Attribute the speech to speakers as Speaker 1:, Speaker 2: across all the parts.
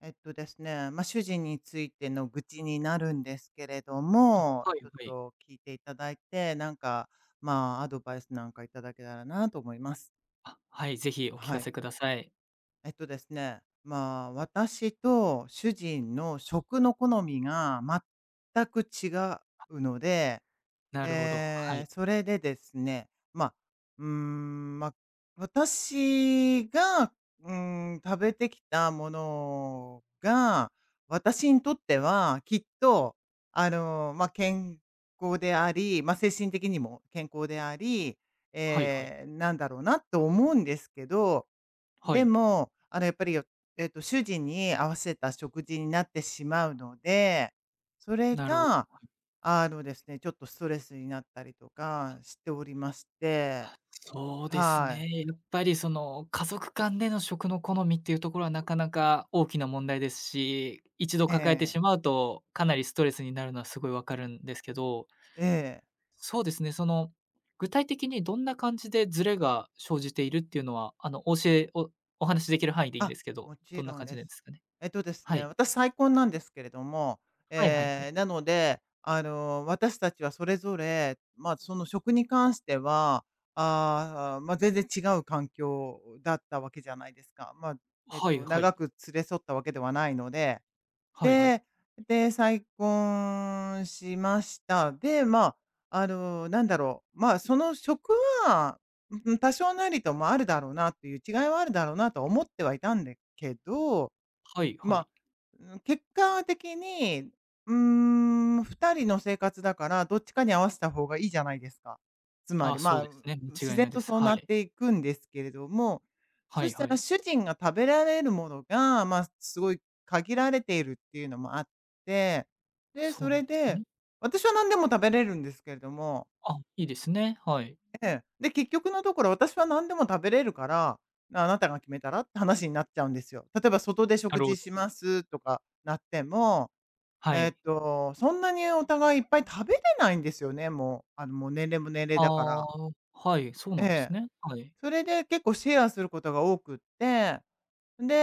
Speaker 1: えっとですね、まあ、主人についての愚痴になるんですけれども、
Speaker 2: はい
Speaker 1: ちょっ
Speaker 2: はい。
Speaker 1: と聞いていただいて、アドバイスなんかいただけたらなと思います。
Speaker 2: あ、はい、ぜひお聞か
Speaker 1: は
Speaker 2: せ
Speaker 1: い。
Speaker 2: ください。
Speaker 1: えっとですね、まあ、私と主人の食の好みが全く違うので、
Speaker 2: なるほど。は
Speaker 1: え
Speaker 2: い。
Speaker 1: ーそれでですね、まあ、うーん、まあ、私が、うー食べてきたものが、私にとってはきっと、健康であり、まあ、精神的にも健康であり、
Speaker 2: はいはい。
Speaker 1: なんだろうなと思うんですけど、
Speaker 2: は
Speaker 1: で
Speaker 2: い。
Speaker 1: も、あの、やっぱり、よえっと、主人に合わせた食事になってしまうので、それ
Speaker 2: なるほど。
Speaker 1: があのですね、ちょっとストレスになったりとかしておりまして、
Speaker 2: そうです
Speaker 1: は
Speaker 2: ね。
Speaker 1: い。
Speaker 2: やっぱりその家族間での食の好みっていうところはなかなか大きな問題ですし、一度
Speaker 1: え
Speaker 2: 抱えてし
Speaker 1: え、
Speaker 2: まうとかなりストレスになるのはすごいわかるんですけど、
Speaker 1: ええ。
Speaker 2: そうですね、その具体的にどんな感じでズレが生じているっていうのは、あのお教えおお話しできる範囲でいいんで
Speaker 1: あ、
Speaker 2: すけど、
Speaker 1: も
Speaker 2: ど
Speaker 1: ち
Speaker 2: んな
Speaker 1: ろん
Speaker 2: 感じ
Speaker 1: で
Speaker 2: なんで
Speaker 1: す。
Speaker 2: すかね？
Speaker 1: えっとです
Speaker 2: は
Speaker 1: ね、
Speaker 2: い。
Speaker 1: 私再婚なんですけれども、
Speaker 2: はいはいはい。
Speaker 1: なので、あの、私たちはそれぞれ、まあ、その職に関しては、ああ、まあ、全然違う環境だったわけじゃないですか。まあ、えっ
Speaker 2: はい
Speaker 1: と
Speaker 2: はい。
Speaker 1: 長く連れ添ったわけではないの
Speaker 2: はいはい。
Speaker 1: で、で、再婚しました。で、まあ、あの、なんだろう、まあ、その職は、うん、多少なりともあるだろうなっていう違いはあるだろうなとは思ってはいたんだけど、
Speaker 2: はいはい。
Speaker 1: ま、結果的に、うーん、2人の生活だから、どっちかに合わせた方がいいじゃないですか。つま
Speaker 2: あ、
Speaker 1: り、
Speaker 2: そう
Speaker 1: まあ、
Speaker 2: ですね。間
Speaker 1: 自
Speaker 2: 違いな
Speaker 1: 然
Speaker 2: いで
Speaker 1: と
Speaker 2: す。
Speaker 1: そう
Speaker 2: は
Speaker 1: なっ
Speaker 2: い。
Speaker 1: ていくんですけれども、
Speaker 2: は
Speaker 1: そ
Speaker 2: い
Speaker 1: し
Speaker 2: は
Speaker 1: たら
Speaker 2: い。
Speaker 1: 主人が食べられるものが、まあ、すごい限られているっていうのもあって、で、
Speaker 2: そ
Speaker 1: そ
Speaker 2: うな
Speaker 1: れ
Speaker 2: んです
Speaker 1: で、
Speaker 2: ね。
Speaker 1: 私は何でも食べれるんですけれども、
Speaker 2: あ、いいですね。はい。
Speaker 1: で、結局のところ、私は何でも食べれるから、あなたが決めたらって話になっちゃうんですよ。例えば外で
Speaker 2: な
Speaker 1: 食
Speaker 2: るほ
Speaker 1: 事
Speaker 2: ど。
Speaker 1: しますとかなっても、
Speaker 2: はい。
Speaker 1: そんなにお互いいっぱい食べれないんですよね、もう。あの、もう年齢も年齢
Speaker 2: あ
Speaker 1: だから。
Speaker 2: あ、はい、そうな
Speaker 1: え
Speaker 2: んです
Speaker 1: え。
Speaker 2: ね。はい。
Speaker 1: それで結構シェアすることが多くって、で、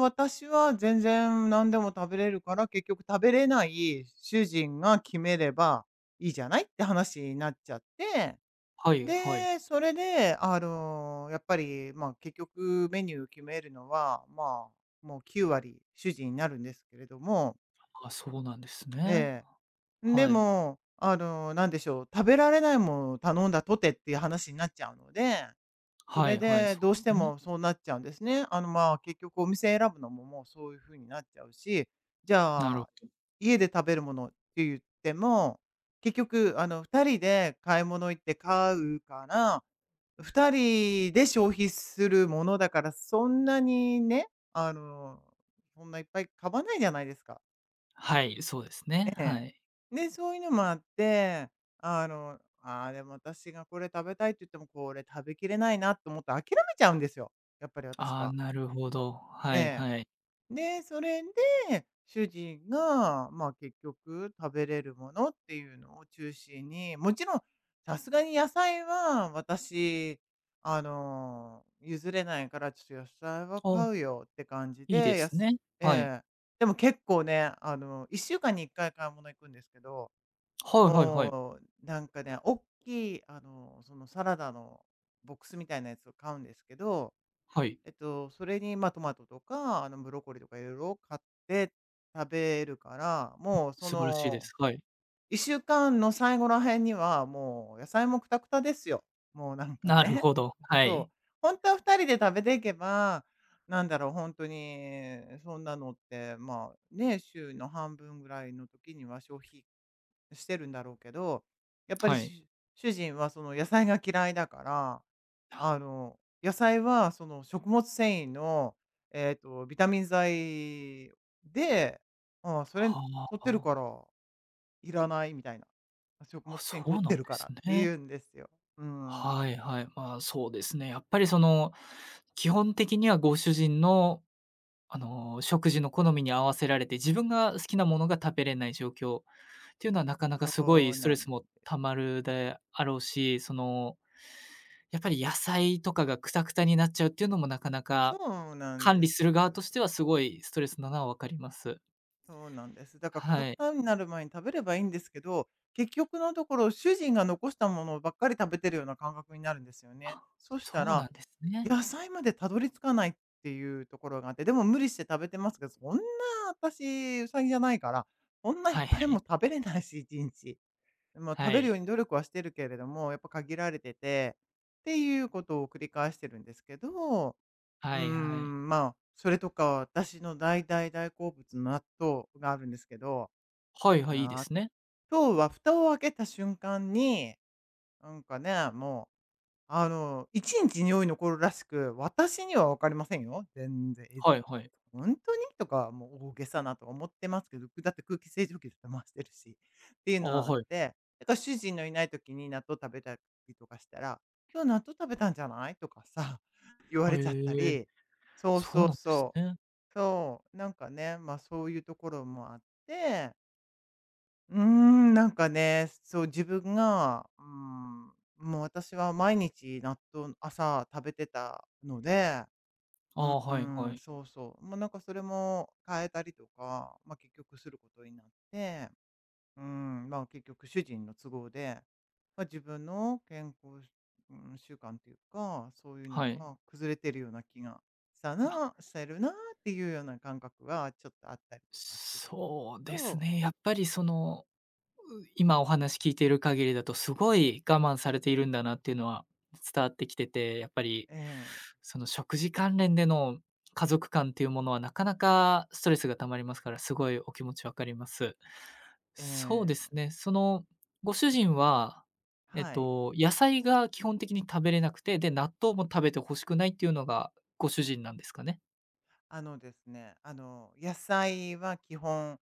Speaker 1: 私は全然何でも食べれるから、結局食べれない主人が決めればいいじゃないって話になっちゃって、
Speaker 2: はいはい。
Speaker 1: で、それで、あの、やっぱり、まあ、結局メニュー決めるのは、まあ、もう9割主人になるんですけれども、
Speaker 2: あ、そうなんですね。
Speaker 1: ええ。で
Speaker 2: はい。
Speaker 1: も、あの、なんでしょう、食べられないものを頼んだとてっていう話になっちゃうので、そ
Speaker 2: は
Speaker 1: れ
Speaker 2: いはい、
Speaker 1: で
Speaker 2: そ
Speaker 1: ど
Speaker 2: う
Speaker 1: う
Speaker 2: で
Speaker 1: し
Speaker 2: す
Speaker 1: て
Speaker 2: ね。
Speaker 1: もそうなっちゃうんですね。あの、まあ、結局お店選ぶのももうそういう風になっちゃうし、じ
Speaker 2: なる
Speaker 1: ゃ
Speaker 2: ほ
Speaker 1: あ、
Speaker 2: ど。
Speaker 1: 家で食べるものって言っても、結局、あの、2人で買い物行って買うから2人で消費するものだから、そんなにね、あの、そんないっぱい買わないじゃないですか。
Speaker 2: はい、そうですね。
Speaker 1: え
Speaker 2: は
Speaker 1: え。
Speaker 2: い。
Speaker 1: で、そういうのもあって、あの、ああ、でも私がこれ食べたいって言っても、これ食べきれないなと思って諦めちゃうんですよ、やっぱり私
Speaker 2: ああ、
Speaker 1: は。
Speaker 2: なるほど。
Speaker 1: え
Speaker 2: はい
Speaker 1: え。
Speaker 2: はい。
Speaker 1: で、それで、主人が、まあ、結局食べれるものっていうのを中心に、もちろんさすがに野菜は私、あの、譲れないからちょっと野菜は買う
Speaker 2: あ、
Speaker 1: よって感じ
Speaker 2: いいで
Speaker 1: で、
Speaker 2: すね。
Speaker 1: え
Speaker 2: はい。
Speaker 1: え。でも結構ね、あの、1週間に1回買い物行くんですけど、
Speaker 2: はいはいはい。
Speaker 1: もうなんかね、大きい、あの、そのサラダのボックスみたいなやつを買うんですけど、
Speaker 2: はい。
Speaker 1: えっと、それに、まあ、トマトとか、あの、ブロッコリーとかいろいろ買って食べるから、もう、そ
Speaker 2: 素晴らしいで
Speaker 1: の、
Speaker 2: す。はい。
Speaker 1: 1週間の最後ら辺には、もう野菜もくたくたですよ。もうなんか
Speaker 2: なる
Speaker 1: ね。
Speaker 2: ほど。は
Speaker 1: そ
Speaker 2: い。
Speaker 1: う。本当は2人で食べていけば、なんだろう、本当にそんなのって、まあ、ね、週の半分ぐらいの時には消費してるんだろうけど、やっぱり
Speaker 2: はい。
Speaker 1: し主人はその野菜が嫌いだから、あの、野菜はその食物繊維の、えっと、ビタミン剤で、ああ、それ取
Speaker 2: は
Speaker 1: ってるか
Speaker 2: あ、
Speaker 1: らいらないみたいな。食
Speaker 2: あ、
Speaker 1: 物
Speaker 2: そ
Speaker 1: 繊維取
Speaker 2: う
Speaker 1: っ
Speaker 2: なん
Speaker 1: て
Speaker 2: で
Speaker 1: るか
Speaker 2: す
Speaker 1: らって
Speaker 2: ね。
Speaker 1: 言うんですよ。うん。
Speaker 2: はいはい。まあ、そうですね。やっぱりその、基本的にはご主人の、あの、食事の好みに合わせられて、自分が好きなものが食べれない状況っていうのはなかなか
Speaker 1: そ
Speaker 2: すごい
Speaker 1: う
Speaker 2: スト
Speaker 1: な
Speaker 2: レスも
Speaker 1: んで
Speaker 2: たまるであろうし、その、やっぱり野菜とかがクタクタになっちゃうっていうのもなかな
Speaker 1: そ
Speaker 2: か
Speaker 1: うなん
Speaker 2: 管
Speaker 1: で
Speaker 2: 理す
Speaker 1: す。
Speaker 2: る側としてはすごいストレスなのはわかります。
Speaker 1: そうなんです。だからくた
Speaker 2: は
Speaker 1: く
Speaker 2: い。
Speaker 1: たになる前に食べればいいんですけど、結局のところ主人が残したものばっかり食べてるような感覚になるんですよね。
Speaker 2: あ、
Speaker 1: そした
Speaker 2: そうな
Speaker 1: ら、
Speaker 2: んですね。
Speaker 1: 野菜までたどり着かないっていうところがあって、でも無理して食べてますけど、そんな私、うさぎじゃないから、こんないっ
Speaker 2: はいは
Speaker 1: ぱい
Speaker 2: い。
Speaker 1: も食べれないし、一日。もう
Speaker 2: は
Speaker 1: 食べる
Speaker 2: い。
Speaker 1: ように努力はしてるけれども、やっぱ限られてて、っていうことを繰り返してるんですけど、
Speaker 2: はいはい。
Speaker 1: それとか、私の大大大好物の納豆があるんですけど、
Speaker 2: はいはい、いいで
Speaker 1: 納
Speaker 2: すね。
Speaker 1: 豆は蓋を開けた瞬間に、なんかね、もう、あの、1日匂い残るらしく、私にはわかりませんよ、全然。え、
Speaker 2: はいはい。
Speaker 1: 本当に？とか、もう大げさなとか思ってますけど、だって空気清浄機だって回してるしっていう
Speaker 2: あ、
Speaker 1: のはあっ
Speaker 2: はい。
Speaker 1: て、だから主人のいない時に納豆食べたりとかしたら、「今日納豆食べたんじゃない？」とかさ、言わ
Speaker 2: は、
Speaker 1: れちゃった
Speaker 2: え、
Speaker 1: り。そう
Speaker 2: そ
Speaker 1: そ
Speaker 2: うな
Speaker 1: う
Speaker 2: んです
Speaker 1: そう。
Speaker 2: ね。
Speaker 1: そう、なんかね、ま、そういうところもあって、うーん、なんかね、そう、自分が、うーん、もう私は毎日納豆朝食べてたので、
Speaker 2: ああ、
Speaker 1: う
Speaker 2: はいはい。
Speaker 1: まあなんかそれも変えたりとか、ま、結局することになって、うん、まあ、結局主人の都合で、まあ、自分の健康、うん、習慣っていうか、そういうの
Speaker 2: はい。
Speaker 1: が崩れてるような気がした
Speaker 2: あ、
Speaker 1: なしてるなっていうような感覚がちょっとあったりとかするんです
Speaker 2: そう
Speaker 1: け
Speaker 2: です
Speaker 1: ど、
Speaker 2: ね、やっぱりその、今お話聞いている限りだと、すごい我慢されているんだなっていうのは伝わってきてて、やっぱり、
Speaker 1: ええ、
Speaker 2: その食事関連での家族間っていうものはなかなかストレスが溜まりますから、すごいお気持ちわかります。
Speaker 1: え
Speaker 2: そうです
Speaker 1: え、
Speaker 2: ね、その、ご主人は、えっ
Speaker 1: はい。
Speaker 2: と、野菜が基本的に食べれなくて、で、納豆も食べて欲しくないっていうのがご主人なんですかね？
Speaker 1: あのですね、あの、野菜は基本、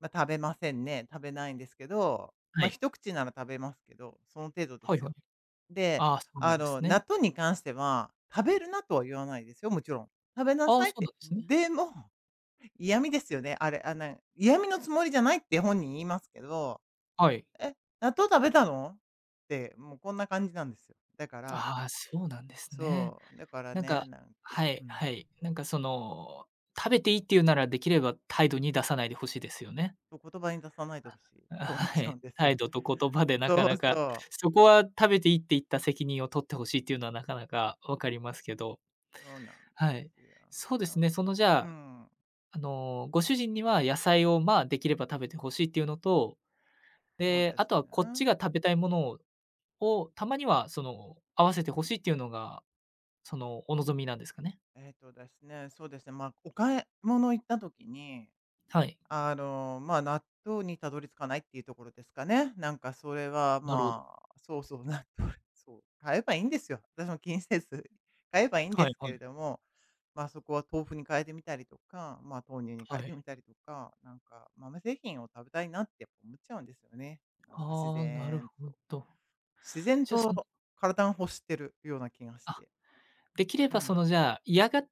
Speaker 1: まあ、食べませんね。食べないんですけど、
Speaker 2: は
Speaker 1: まあ、
Speaker 2: い。
Speaker 1: 一口なら食べますけど、その程度で
Speaker 2: はい
Speaker 1: す
Speaker 2: は
Speaker 1: よ。
Speaker 2: い。
Speaker 1: で、
Speaker 2: ああ、そうな
Speaker 1: あ
Speaker 2: んです
Speaker 1: の、
Speaker 2: ね。
Speaker 1: 納豆に関しては、食べるなとは言わないですよ、もちろん。食べな
Speaker 2: ああ、
Speaker 1: さい
Speaker 2: そ
Speaker 1: っ
Speaker 2: うなん
Speaker 1: て。
Speaker 2: ですね。
Speaker 1: でも、嫌味ですよね、あれ、あ、の嫌味のつもりじゃないって本人言いますけど、
Speaker 2: はい。
Speaker 1: 「え、納豆食べたの？」って、もうこんな感じなんですよ。だから
Speaker 2: ああ、そうなんですね。
Speaker 1: そう、だから
Speaker 2: なんか
Speaker 1: ね、なんか、
Speaker 2: はい
Speaker 1: うん、
Speaker 2: はい。なんかその、食べていいっていうなら、できれば態度に出さないでほしいですよね。
Speaker 1: そう言葉に出さないでほしいっ
Speaker 2: あ、
Speaker 1: て思っ
Speaker 2: は
Speaker 1: ちゃ
Speaker 2: い。
Speaker 1: うんです
Speaker 2: 態
Speaker 1: よ。
Speaker 2: 度と言葉でなか
Speaker 1: そう
Speaker 2: な
Speaker 1: そ
Speaker 2: か、
Speaker 1: う、
Speaker 2: そこは食べていいって言った責任を取ってほしいっていうのはなかなかわかりますけど、
Speaker 1: そうなんで
Speaker 2: はい。
Speaker 1: すよ。
Speaker 2: そうで
Speaker 1: な
Speaker 2: すね、
Speaker 1: ん
Speaker 2: そのじ
Speaker 1: う
Speaker 2: ゃあ、
Speaker 1: ん、
Speaker 2: あの、ご主人には野菜を、まあ、できれば食べてほしいっていうのと、
Speaker 1: そう
Speaker 2: で、
Speaker 1: で
Speaker 2: あ
Speaker 1: す
Speaker 2: とは
Speaker 1: ね。
Speaker 2: こっちが食べたいものをたまにはその、合わせてほしいっていうのが、その、お望みなんですかね？
Speaker 1: そうですね、まあ、お買い物行った時に、
Speaker 2: はい。
Speaker 1: あの、まあ、納豆にたどり着かないっていうところですかね。なんかそれは、
Speaker 2: なるほど。
Speaker 1: まあ、そうそう、納豆 そう、買えばいいんですよ。私も気にせず買えばいいんで
Speaker 2: はい
Speaker 1: す
Speaker 2: は
Speaker 1: けれ
Speaker 2: い。
Speaker 1: ども、まあ、そこは豆腐に変えてみたりとか、まあ、豆乳に変
Speaker 2: は
Speaker 1: えて
Speaker 2: い。
Speaker 1: みたりとか、なんか豆製品を食べたいなってやっぱ思っちゃうんですよね。
Speaker 2: ああ、なるほど。
Speaker 1: 自然
Speaker 2: じゃあ、その
Speaker 1: と体が欲してるような気がし
Speaker 2: あ、
Speaker 1: て。
Speaker 2: できれ
Speaker 1: う
Speaker 2: ばそ
Speaker 1: ん。
Speaker 2: の、じゃあ、嫌が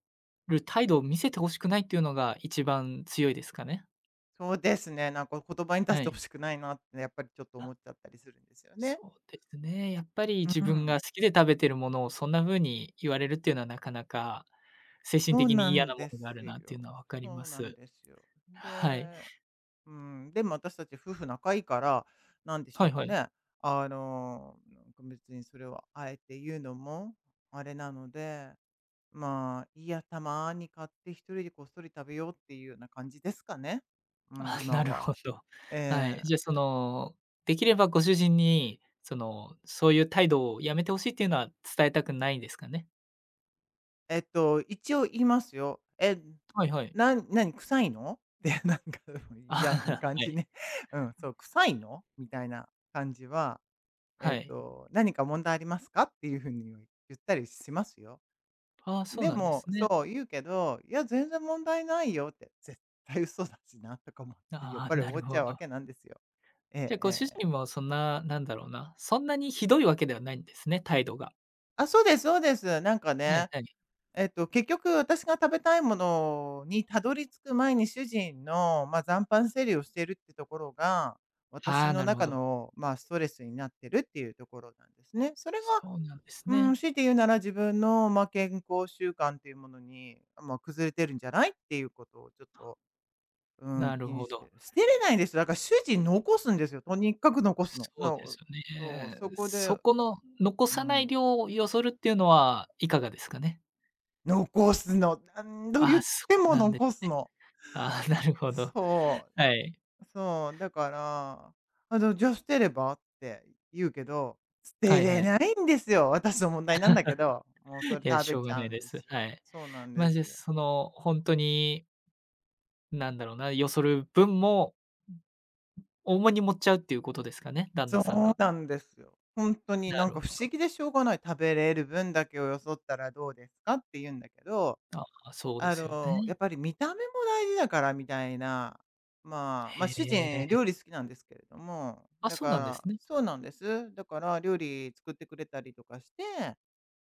Speaker 2: る態度を見せて欲しくないっていうのが一番強いですかね？
Speaker 1: そうですね、なんか言葉に出し
Speaker 2: は
Speaker 1: て
Speaker 2: い。
Speaker 1: ほしくないなってやっぱりちょっと
Speaker 2: あ、
Speaker 1: 思っちゃったりするんですよね。
Speaker 2: そうですね。やっぱり
Speaker 1: う
Speaker 2: 自分
Speaker 1: ん、
Speaker 2: が好きで食べてるものをそんな風に言われるっていうのはなかなか精神
Speaker 1: そう
Speaker 2: 的に
Speaker 1: な
Speaker 2: 嫌
Speaker 1: ん
Speaker 2: なも
Speaker 1: で
Speaker 2: のがあ
Speaker 1: す
Speaker 2: るなっていう
Speaker 1: よ。
Speaker 2: のは分かり
Speaker 1: そ
Speaker 2: ま
Speaker 1: うなん
Speaker 2: す。
Speaker 1: ですよ。
Speaker 2: はい。
Speaker 1: で、うん、でも私たち夫婦仲いいから、なんでし
Speaker 2: は
Speaker 1: ょう
Speaker 2: いは
Speaker 1: か
Speaker 2: い。
Speaker 1: ね。なんか別にそれをあえて言うのもあれなので、まあ、いいや、たまに買って一人でこっそり食べようっていうような感じですかね。うん、
Speaker 2: あ、な
Speaker 1: 今
Speaker 2: るほ
Speaker 1: は。
Speaker 2: ど。は
Speaker 1: え
Speaker 2: い。
Speaker 1: え
Speaker 2: じゃあ、その、できればご主人に、その、そういう態度をやめて欲しいっていうのは伝えたくないんですかね？
Speaker 1: 一応言いますよ。「え、
Speaker 2: はいはい。
Speaker 1: 何臭いの？ってなんか
Speaker 2: あ、
Speaker 1: 嫌な 感
Speaker 2: は
Speaker 1: じ
Speaker 2: い。
Speaker 1: ね。うん、そう「臭いの？」みたいな感じは、
Speaker 2: はい。
Speaker 1: 「何か問題ありますか？」っていう風に言ったりしますよ。
Speaker 2: ああ、そう
Speaker 1: で
Speaker 2: なんで
Speaker 1: も、
Speaker 2: すね。
Speaker 1: そう言うけど、「いや、全然問題ないよ」って、絶対嘘だしなとか思って、やっ
Speaker 2: あ
Speaker 1: ぱ
Speaker 2: あ、
Speaker 1: り
Speaker 2: な
Speaker 1: 思
Speaker 2: る
Speaker 1: っち
Speaker 2: ほ
Speaker 1: ゃうわ
Speaker 2: ど。
Speaker 1: けなんですよ。ええ
Speaker 2: じゃあ
Speaker 1: え
Speaker 2: ご主人
Speaker 1: え。
Speaker 2: もそんな、なんだろうな、そんなにひどいわけではないんですね、態度が。
Speaker 1: あ、そうですそうです。
Speaker 2: はいはい。
Speaker 1: 結局私が食べたいものにたどり着く前に主人の、まあ、残飯整理をしているってところが、
Speaker 2: あ
Speaker 1: 私
Speaker 2: あ、
Speaker 1: の
Speaker 2: なるほ
Speaker 1: 中
Speaker 2: ど。
Speaker 1: の、まあ、ストレスになってるっていうところなんですね。それが、
Speaker 2: そうなんです
Speaker 1: うん、
Speaker 2: ね。
Speaker 1: 強いて言うなら自分の、まあ、健康習慣っていうものに、まあ、崩れてるんじゃないっていうことをちょっと、うん、
Speaker 2: なる
Speaker 1: 気に
Speaker 2: ほ
Speaker 1: して
Speaker 2: ど。
Speaker 1: る。捨てれないんですよ。だから主人残すんですよ。とにかく残すの。
Speaker 2: そうですよ
Speaker 1: そう、
Speaker 2: ね。
Speaker 1: そこ
Speaker 2: そ
Speaker 1: で
Speaker 2: この残
Speaker 1: う
Speaker 2: さない
Speaker 1: ん、
Speaker 2: 量をよそるっていうのはいかがですかね？
Speaker 1: 残すの。何度
Speaker 2: あ
Speaker 1: 言
Speaker 2: あ、
Speaker 1: っ
Speaker 2: そ
Speaker 1: て
Speaker 2: う
Speaker 1: も
Speaker 2: なんです
Speaker 1: 残す
Speaker 2: ね。
Speaker 1: の。
Speaker 2: ああ、なるほど。
Speaker 1: そう。
Speaker 2: はい。
Speaker 1: そう、だから、じゃあ捨てればって言うけど、捨
Speaker 2: は
Speaker 1: て
Speaker 2: いは
Speaker 1: れ
Speaker 2: い。
Speaker 1: ないんですよ。私の問題なんだけど、もうそ
Speaker 2: い
Speaker 1: れ
Speaker 2: や、
Speaker 1: 食
Speaker 2: し
Speaker 1: べ
Speaker 2: ょう
Speaker 1: ち
Speaker 2: が
Speaker 1: ゃ
Speaker 2: ない
Speaker 1: うん
Speaker 2: で
Speaker 1: で
Speaker 2: す。
Speaker 1: すよ。
Speaker 2: はい。
Speaker 1: そうなん
Speaker 2: ま
Speaker 1: で
Speaker 2: あ、じ
Speaker 1: す
Speaker 2: ゃあ、
Speaker 1: よ。
Speaker 2: その、本当に、なんだろうな、よそる分も重に持っちゃうっていうことですかね、旦那
Speaker 1: そ
Speaker 2: さん
Speaker 1: う
Speaker 2: が。
Speaker 1: なんですよ。本当に
Speaker 2: な
Speaker 1: な
Speaker 2: る
Speaker 1: ん
Speaker 2: ほ
Speaker 1: か不思
Speaker 2: ど。
Speaker 1: 議でしょうがない。食べれる分だけをよそったらどうですかって言うんだけど、
Speaker 2: ああ、そうですよね。
Speaker 1: やっぱり見た目も大事だからみたいな、まあ、主
Speaker 2: へ
Speaker 1: 人
Speaker 2: え。
Speaker 1: 料理好きなんですけれども、
Speaker 2: あ、
Speaker 1: だ
Speaker 2: そ
Speaker 1: か
Speaker 2: うなんです
Speaker 1: ら
Speaker 2: ね。
Speaker 1: そうなんです。だから料理作ってくれたりとかして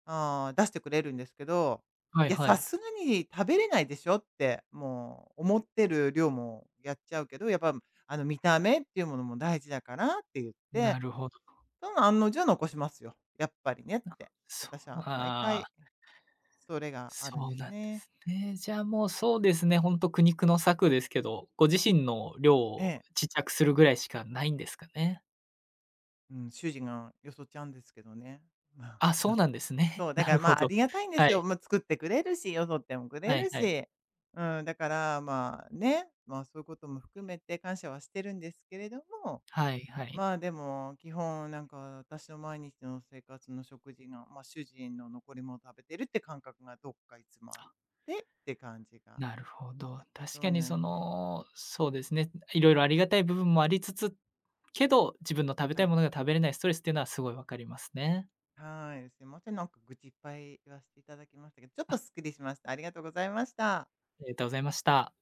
Speaker 1: ああ、出してくれるんですけど、
Speaker 2: はい
Speaker 1: いや、
Speaker 2: は
Speaker 1: さ
Speaker 2: い。
Speaker 1: すがに食べれないでしょって、もう思ってる量もやっちゃうけど、やっぱ、見た目っていうものも大事だからって言っ
Speaker 2: な
Speaker 1: て、
Speaker 2: るほど。
Speaker 1: その案の定残しますよ。やっぱりねって。
Speaker 2: そ
Speaker 1: 私
Speaker 2: う、
Speaker 1: は毎
Speaker 2: あ
Speaker 1: 回
Speaker 2: あ、
Speaker 1: それがあるん
Speaker 2: そう
Speaker 1: です
Speaker 2: なんで
Speaker 1: ね。
Speaker 2: すね。じゃあ、もうそうですね、ほんと苦肉の策ですけど、ご自身の量
Speaker 1: え
Speaker 2: を
Speaker 1: え。
Speaker 2: ちっちゃくするぐらいしかないんですかね。
Speaker 1: うん、主人がよそっちゃうんですけどね。まあ、
Speaker 2: あ、
Speaker 1: な
Speaker 2: そ
Speaker 1: ん
Speaker 2: う
Speaker 1: か、
Speaker 2: なんですね。
Speaker 1: そう、だ
Speaker 2: な
Speaker 1: か
Speaker 2: る
Speaker 1: らま
Speaker 2: ほ
Speaker 1: あ、あ
Speaker 2: ど。
Speaker 1: りがたいんで
Speaker 2: は
Speaker 1: すよ。
Speaker 2: い。
Speaker 1: まあ、作ってくれるし、よそってもくれ
Speaker 2: はい
Speaker 1: る
Speaker 2: はい。
Speaker 1: し。うん、だからまあね、まあそういうことも含めて感謝はしてるんですけれども、
Speaker 2: はいはい。
Speaker 1: まあでも基本なんか私の毎日の生活の食事が、まあ主人の残り物を食べてるって感覚がどっかいつもあっ
Speaker 2: あ、
Speaker 1: てって感じが。
Speaker 2: なるほど。確
Speaker 1: そ
Speaker 2: か
Speaker 1: う
Speaker 2: に
Speaker 1: な
Speaker 2: そ
Speaker 1: んんです。
Speaker 2: の、そうですね、いろいろありがたい部分もありつつけど、自分の食べた
Speaker 1: は
Speaker 2: い
Speaker 1: い。
Speaker 2: ものが食べれないストレスっていうのはすごいわかりますね。
Speaker 1: はい。すいません。なんか愚痴いっぱい言わせていただきましたけど、ちょっ
Speaker 2: あ、
Speaker 1: とすっきりしました。ありがとうございました。
Speaker 2: ありがとうございました。